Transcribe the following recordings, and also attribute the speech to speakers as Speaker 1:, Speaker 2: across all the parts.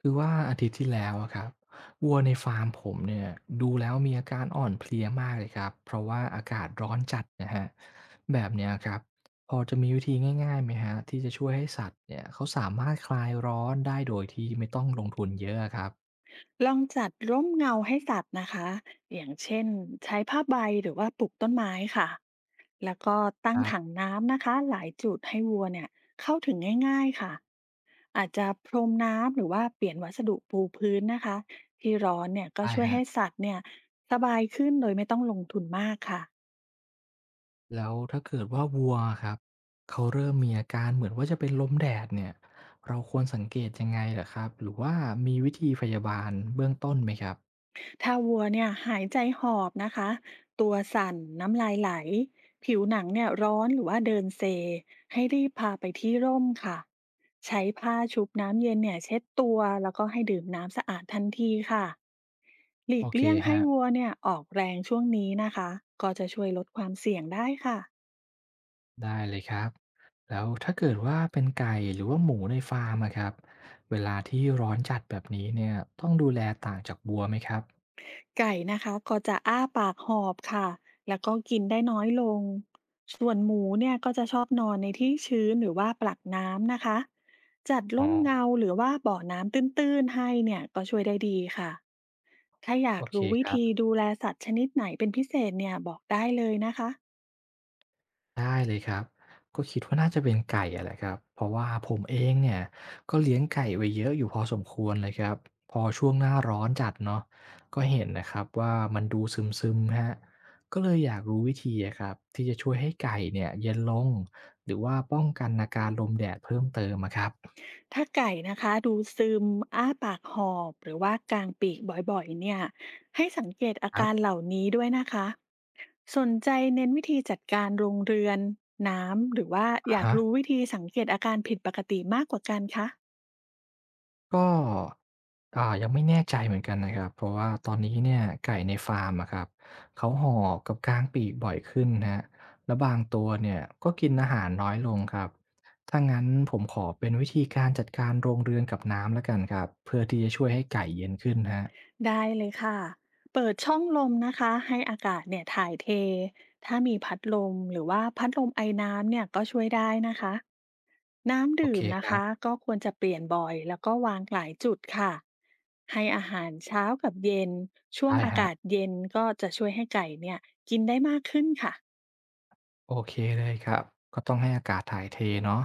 Speaker 1: คือว่าอาทิตย์ที่แล้วอะครับวัวในฟาร์มผมเนี่ยดูแล้วมีอาการอ่อนเพลียมากเลยครับเพราะว่าอากาศร้อนจัดนะฮะแบบเนี้ยครับพอจะมีวิธีง่ายๆไหมฮะที่จะช่วยให้สัตว์เนี่ยเขาสามารถคลายร้อนได้โดยที่ไม่ต้องลงทุนเยอะอะครับ
Speaker 2: ลองจัดร่มเงาให้สัตว์นะคะ อย่างเช่นใช้ผ้าใบหรือว่าปลูกต้นไม้ค่ะ แล้วก็ตั้
Speaker 1: ค
Speaker 2: ง
Speaker 1: รั
Speaker 2: ถัง
Speaker 1: บ
Speaker 2: น้ำนะคะหลายจุดให้วัวเนี่ยเข้าถึงง่ายๆค่ะ อาจจะพรมน้ำหรือว่าเปลี่ยนวัสดุปูพื้นนะคะที่ร้อนเนี่ยก็
Speaker 1: ได้
Speaker 2: ช่วย
Speaker 1: ฮะ
Speaker 2: ให้สัตว์เนี่ยสบายขึ้นโดยไม่ต้องลงทุนมากค่ะ
Speaker 1: แล้วถ้าเกิดว่าวัวครับเขาเริ่มมีอาการเหมือนว่าจะเป็นลมแดดเนี่ยเราควรสังเกตยังไงเหรอครับหรือว่ามีวิธีพยาบาลเบื้องต้นไหมครับ
Speaker 2: ถ้าวัวเนี่ยหายใจหอบนะคะตัวสั่นน้ำลายไหลผิวหนังเนี่ยร้อนหรือว่าเดินเซให้รีบพาไปที่ร่มค่ะใช้ผ้าชุบน้ำเย็นเนี่ยเช็ดตัวแล้วก็ให้ดื่มน้ำสะอาดทันทีค่ะหลี
Speaker 1: โอ
Speaker 2: ก
Speaker 1: เค
Speaker 2: เลี่ยงให้
Speaker 1: ฮะ
Speaker 2: วัวเนี่ยออกแรงช่วงนี้นะคะก็จะช่วยลดความเสี่ยงได้ค่ะ
Speaker 1: ได้เลยครับแล้วถ้าเกิดว่าเป็นไก่หรือว่าหมูในฟาร์มอะครับเวลาที่ร้อนจัดแบบนี้เนี่ยต้องดูแลต่างจากวัวไหมครับ
Speaker 2: ไก่นะคะก็จะอ้าปากหอบค่ะแล้วก็กินได้น้อยลงส่วนหมูเนี่ยก็จะชอบนอนในที่ชื้นหรือว่าปลักน้ำนะคะจัด
Speaker 1: อ๋อ
Speaker 2: ร่มเงาหรือว่าบ่อน้ำตื้นๆให้เนี่ยก็ช่วยได้ดีค่ะถ้าอยา
Speaker 1: โอ
Speaker 2: ก
Speaker 1: เค
Speaker 2: รู้
Speaker 1: ค
Speaker 2: วิ
Speaker 1: รั
Speaker 2: ธี
Speaker 1: บ
Speaker 2: ดูแลสัตว์ชนิดไหนเป็นพิเศษเนี่ยบอกได้เลยนะคะ
Speaker 1: ได้เลยครับก็คิดว่าน่าจะเป็นไก่อะแหละครับเพราะว่าผมเองเนี่ยก็เลี้ยงไก่ไว้เยอะอยู่พอสมควรเลยครับพอช่วงหน้าร้อนจัดเนาะก็เห็นนะครับว่ามันดูซึมๆฮะก็เลยอยากรู้วิธีอะครับที่จะช่วยให้ไก่เนี่ยเย็นลงหรือว่าป้องกันอาการลมแดดเพิ่มเติมอะครับ
Speaker 2: ถ้าไก่นะคะดูซึมอ้าปากหอบหรือว่ากางปีกบ่อยๆเนี่ยให้สังเกตอา
Speaker 1: ครั
Speaker 2: การ
Speaker 1: บ
Speaker 2: เหล่านี้ด้วยนะคะสนใจเน้นวิธีจัดการโรงเรือนน้ำหรือว่าอ
Speaker 1: อะ
Speaker 2: ยาก
Speaker 1: ฮะ
Speaker 2: รู้วิธีสังเกตอาการผิดปกติมากกว่ากันคะ
Speaker 1: ก็ยังไม่แน่ใจเหมือนกันนะครับเพราะว่าตอนนี้เนี่ยไก่ในฟาร์มอะครับเขาหอบกับกางปีกบ่อยขึ้นครับแล้วบางตัวเนี่ยก็กินอาหารน้อยลงครับถ้างั้นผมขอเป็นวิธีการจัดการโรงเรือนกับน้ำแล้วกันครับเพื่อที่จะช่วยให้ไก่เย็นขึ้นครับ
Speaker 2: ได้เลยค่ะเปิดช่องลมนะคะให้อากาศเนี่ยถ่ายเทถ้ามีพัดลมหรือว่าพัดลมไอน้ำเนี่ยก็ช่วยได้นะคะ น้ำ
Speaker 1: โอ
Speaker 2: ดื่
Speaker 1: เค
Speaker 2: ม
Speaker 1: ค
Speaker 2: นะ
Speaker 1: รับ
Speaker 2: คะก็ควรจะเปลี่ยนบ่อยแล้วก็วางหลายจุดค่ะให้อาหารเช้ากับเย็นช่วง
Speaker 1: ได้
Speaker 2: อา
Speaker 1: ครับ
Speaker 2: กาศเย็นก็จะช่วยให้ไก่เนี่ยกินได้มากขึ้นค่ะ
Speaker 1: โอเคเลยครับก็ต้องให้อากาศถ่ายเทเนาะ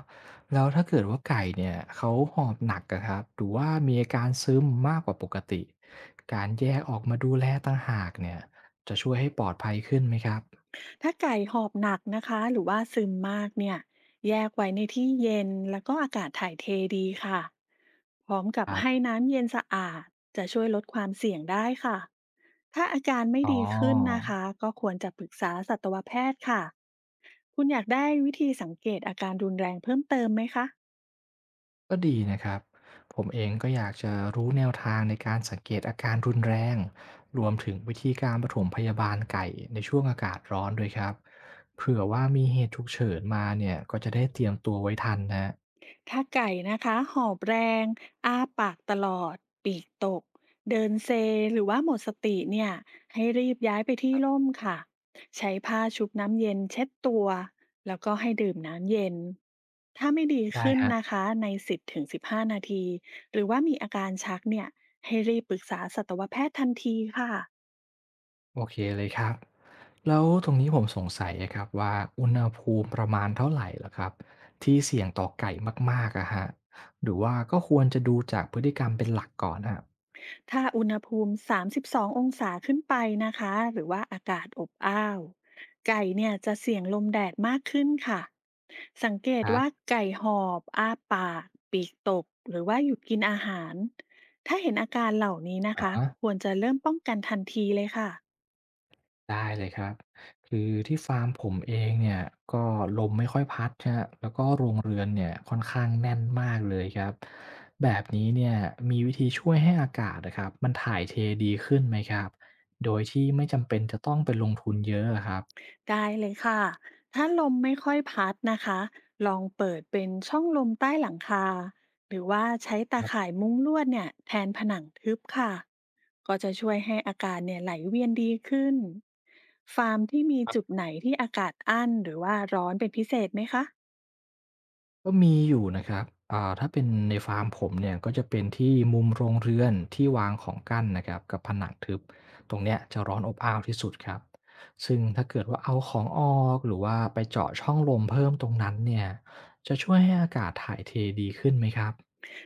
Speaker 1: แล้วถ้าเกิดว่าไก่เนี่ยเขาหอบหนักอะครับหรือว่ามีอาการซึมมากกว่าปกติการแยกออกมาดูแลต่างหากเนี่ยจะช่วยให้ปลอดภัยขึ้นไหมครับ
Speaker 2: ถ้าไก่หอบหนักนะคะหรือว่าซึมมากเนี่ยแยกไว้ในที่เย็นแล้วก็อากาศถ่ายเทดีค่ะพร้อมกับ
Speaker 1: ครับ
Speaker 2: ให้น้ำเย็นสะอาดจะช่วยลดความเสี่ยงได้ค่ะ ถ้าอาการไม่
Speaker 1: อ๋อ
Speaker 2: ดีขึ้นนะคะก็ควรจะปรึกษาสัตวแพทย์ค่ะคุณอยากได้วิธีสังเกตอาการรุนแรงเพิ่มเติมไหมคะ
Speaker 1: ก็ดีนะครับผมเองก็อยากจะรู้แนวทางในการสังเกตอาการรุนแรงรวมถึงวิธีการปฐมพยาบาลไก่ในช่วงอากาศร้อนด้วยครับเผื่อว่ามีเหตุฉุกเฉินมาเนี่ยก็จะได้เตรียมตัวไว้ทันนะ
Speaker 2: ถ้าไก่นะคะหอบแรงอ้าปากตลอดปีกตกเดินเซหรือว่าหมดสติเนี่ยให้รีบย้ายไปที่ร่มค่ะใช้ผ้าชุบน้ำเย็นเช็ดตัวแล้วก็ให้ดื่มน้ำเย็นถ้าไม่ดี
Speaker 1: ได้
Speaker 2: ขึ้น
Speaker 1: ฮะ
Speaker 2: นะคะใน10-15นาทีหรือว่ามีอาการชักเนี่ยให้รีบปรึกษาสัตวแพทย์ทันทีค่ะ
Speaker 1: โอเคเลยครับแล้วตรงนี้ผมสงสัยอะครับว่าอุณหภูมิประมาณเท่าไหร่เหรอครับที่เสี่ยงต่อไก่มากๆอะฮะหรือว่าก็ควรจะดูจากพฤติกรรมเป็นหลักก่อนอะ
Speaker 2: ถ้าอุณหภูมิ32ององศาขึ้นไปนะคะ หรือว่าอากาศอบอ้าว ไก่เนี่ยจะเสี่ยงลมแดดมากขึ้นค่ะ สังเก
Speaker 1: ค
Speaker 2: ต
Speaker 1: รั
Speaker 2: ว่า
Speaker 1: บ
Speaker 2: ไก่หอบอ้าปากปีกตก หรือว่าหยุดกินอาหาร ถ้าเห็นอาการเหล่านี้นะ
Speaker 1: อะ
Speaker 2: คะ
Speaker 1: ฮะ
Speaker 2: ควรจะเริ่มป้องกันทันทีเลยค่ะ
Speaker 1: ได้เลยครับคือที่ฟาร์มผมเองเนี่ยก็ลมไม่ค่อยพัดครแล้วก็โรงเรือนเนี่ยค่อนข้างแน่นมากเลยครับแบบนี้เนี่ยมีวิธีช่วยให้อากาศนะครับมันถ่ายเทดีขึ้นไหมครับโดยที่ไม่จำเป็นจะต้องไปลงทุนเยอะอะครับ
Speaker 2: ได้เลยค่ะ ถ้าลมไม่ค่อยพัดนะคะ ลองเปิดเป็นช่องลมใต้หลังคา หรือว่าใช้
Speaker 1: ค
Speaker 2: ตา
Speaker 1: รั
Speaker 2: ข่า
Speaker 1: บ
Speaker 2: ยมุ้งลวดเนี่ยแทนผนังทึบค่ะ ก็จะช่วยให้อากาศเนี่ยไหลเวียนดีขึ้น ฟาร์มที่มีจุดไหนที่อากาศอั้นหรือว่าร้อนเป็นพิเศษไหมคะ
Speaker 1: ก็มีอยู่นะครับถ้าเป็นในฟาร์มผมเนี่ย ก็จะเป็นที่มุมโรงเรือนที่วางของกั้นนะครับกับผนังทึบตรงเนี้ยจะร้อนอบอ้าวที่สุดครับซึ่งถ้าเกิดว่าเอาของออกหรือว่าไปเจาะช่องลมเพิ่มตรงนั้นเนี่ยจะช่วยให้อากาศถ่ายเทดีขึ้นไหมครับ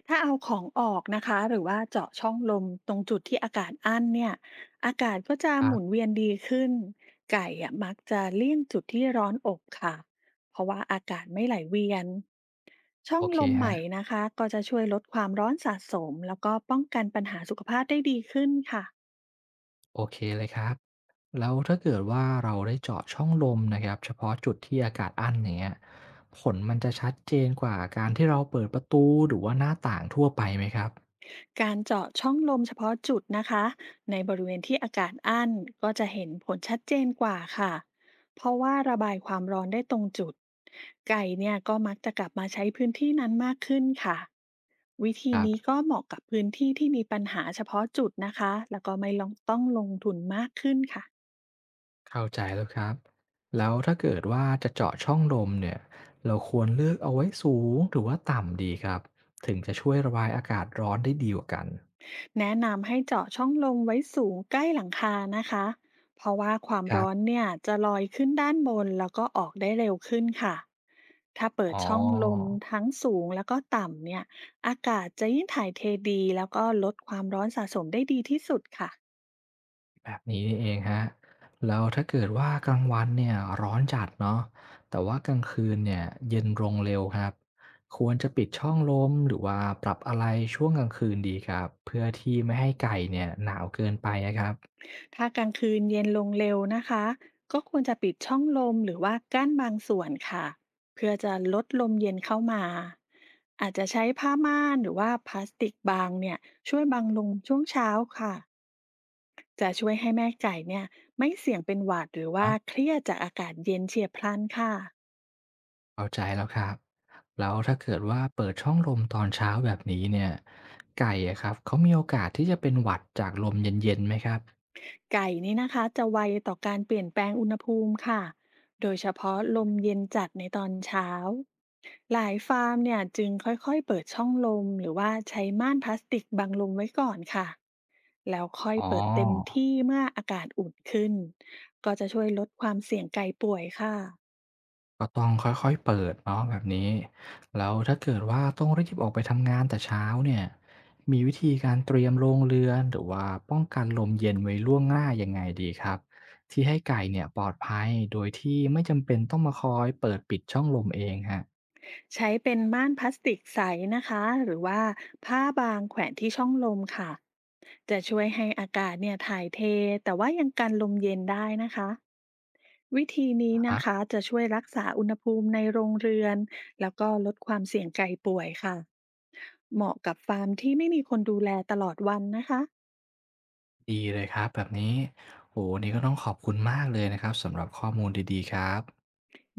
Speaker 2: ถ้าเอาของออกนะคะหรือว่าเจาะช่องลมตรงจุดที่อากาศอั้นเนี่ยอากาศก็จะ
Speaker 1: ค
Speaker 2: ห
Speaker 1: รั
Speaker 2: มุน
Speaker 1: บ
Speaker 2: เวียนดีขึ้นไก่อะมักจะเลี่ยงจุดที่ร้อนอบค่ะเพราะว่าอากาศไม่ไหลเวียนช่อ
Speaker 1: โอ
Speaker 2: ง
Speaker 1: เค
Speaker 2: ลม
Speaker 1: ค
Speaker 2: ให
Speaker 1: รั
Speaker 2: ม่
Speaker 1: บ
Speaker 2: นะคะก็จะช่วยลดความร้อนสะสมแล้วก็ป้องกันปัญหาสุขภาพได้ดีขึ้นค่ะ
Speaker 1: โอเคเลยครับแล้วถ้าเกิดว่าเราได้เจาะช่องลมนะครับ เฉพาะจุดที่อากาศอั้นอย่างเงี้ยผลมันจะชัดเจนกว่าการที่เราเปิดประตูหรือว่าหน้าต่างทั่วไปไหมครับ
Speaker 2: การเจาะช่องลมเฉพาะจุดนะคะในบริเวณที่อากาศอั้นก็จะเห็นผลชัดเจนกว่าค่ะเพราะว่าระบายความร้อนได้ตรงจุดไก่เนี่ยก็มักจะกลับมาใช้พื้นที่นั้นมากขึ้นค่ะวิธี
Speaker 1: ครั
Speaker 2: นี้
Speaker 1: บ
Speaker 2: ก็เหมาะกับพื้นที่ที่มีปัญหาเฉพาะจุดนะคะแล้วก็ไม่ลองต้องลงทุนมากขึ้นค่ะ
Speaker 1: เข้าใจแล้วครับแล้วถ้าเกิดว่าจะเจาะช่องลมเนี่ยเราควรเลือกเอาไว้สูงหรือว่าต่ำดีครับถึงจะช่วยระบายอากาศร้อนได้ดีกว่ากัน
Speaker 2: แนะนำให้เจาะช่องลมไว้สูงใกล้หลังคานะคะ เพราะว่าความ
Speaker 1: ครั
Speaker 2: ร้อน
Speaker 1: บ
Speaker 2: เนี่ยจะลอยขึ้นด้านบนแล้วก็ออกได้เร็วขึ้นค่ะ ถ้าเปิ
Speaker 1: อ๋
Speaker 2: ด
Speaker 1: อ
Speaker 2: ช่องลมทั้งสูงแล้วก็ต่ำเนี่ย อากาศจะยิ่งถ่ายเทดีแล้วก็ลดความร้อนสะสมได้ดีที่สุดค่ะ
Speaker 1: แบบนี้นี่เองฮะแล้วถ้าเกิดว่ากลางวันเนี่ยร้อนจัดเนาะแต่ว่ากลางคืนเนี่ยเย็นลงเร็วครับควรจะปิดช่องลมหรือว่าปรับอะไรช่วงกลางคืนดีครับเพื่อที่ไม่ให้ไก่เนี่ยหนาวเกินไปนะครับ
Speaker 2: ถ้ากลางคืนเย็นลงเร็วนะคะก็ควรจะปิดช่องลมหรือว่ากั้นบางส่วนค่ะเพื่อจะลดลมเย็นเข้ามาอาจจะใช้ผ้าม่านหรือว่าพลาสติกบางเนี่ยช่วยบังลมช่วงเช้าค่ะจะช่วยให้แม่ไก่เนี่ยไม่เสี่ยงเป็นหวัดหรือว่าเครียดจากอากาศเย็นเฉียบพลันค่ะ
Speaker 1: เข้าใจแล้วครับแล้วถ้าเกิดว่าเปิดช่องลมตอนเช้าแบบนี้เนี่ยไก่อะครับเขามีโอกาสที่จะเป็นหวัดจากลมเย็นๆไหมครับ
Speaker 2: ไก่นี่นะคะจะไวต่อการเปลี่ยนแปลงอุณหภูมิค่ะโดยเฉพาะลมเย็นจัดในตอนเช้า หลายฟาร์มเนี่ยจึงค่อยๆเปิดช่องลมหรือว่าใช้ม่านพลาสติกบังลมไว้ก่อนค่ะแล้วค่อย
Speaker 1: อ๋อ
Speaker 2: เปิดเต็มที่เมื่ออากาศอุ่นขึ้นก็จะช่วยลดความเสี่ยงไก่ป่วยค่ะ
Speaker 1: ก็ต้องค่อยๆเปิดเนาะแบบนี้แล้วถ้าเกิดว่าต้องรีบออกไปทำงานแต่เช้าเนี่ยมีวิธีการเตรียมโรงเรือนหรือว่าป้องกันลมเย็นไว้ล่วงหน้ายังไงดีครับที่ให้ไก่เนี่ยปลอดภัยโดยที่ไม่จำเป็นต้องมาคอยเปิดปิดช่องลมเอง
Speaker 2: ใช้เป็นม่านพลาสติกใสนะคะหรือว่าผ้าบางแขวนที่ช่องลมค่ะจะช่วยให้อากาศเนี่ยถ่ายเทแต่ว่ายังกันลมเย็นได้นะคะวิธี
Speaker 1: อ
Speaker 2: นี้นะ
Speaker 1: ฮะ
Speaker 2: คะจะช่วยรักษาอุณหภูมิในโรงเรือนแล้วก็ลดความเสี่ยงไก่ป่วยค่ะ เหมาะกับฟาร์มที่ไม่มีคนดูแลตลอดวันนะคะ
Speaker 1: ดีเลยครับแบบนี้โอ้โฮวันนี้ก็ต้องขอบคุณมากเลยนะครับสำหรับข้อมูลดีๆครับ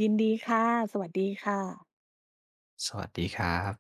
Speaker 2: ยินดีค่ะสวัสดีค่ะ
Speaker 1: สวัสดีครับ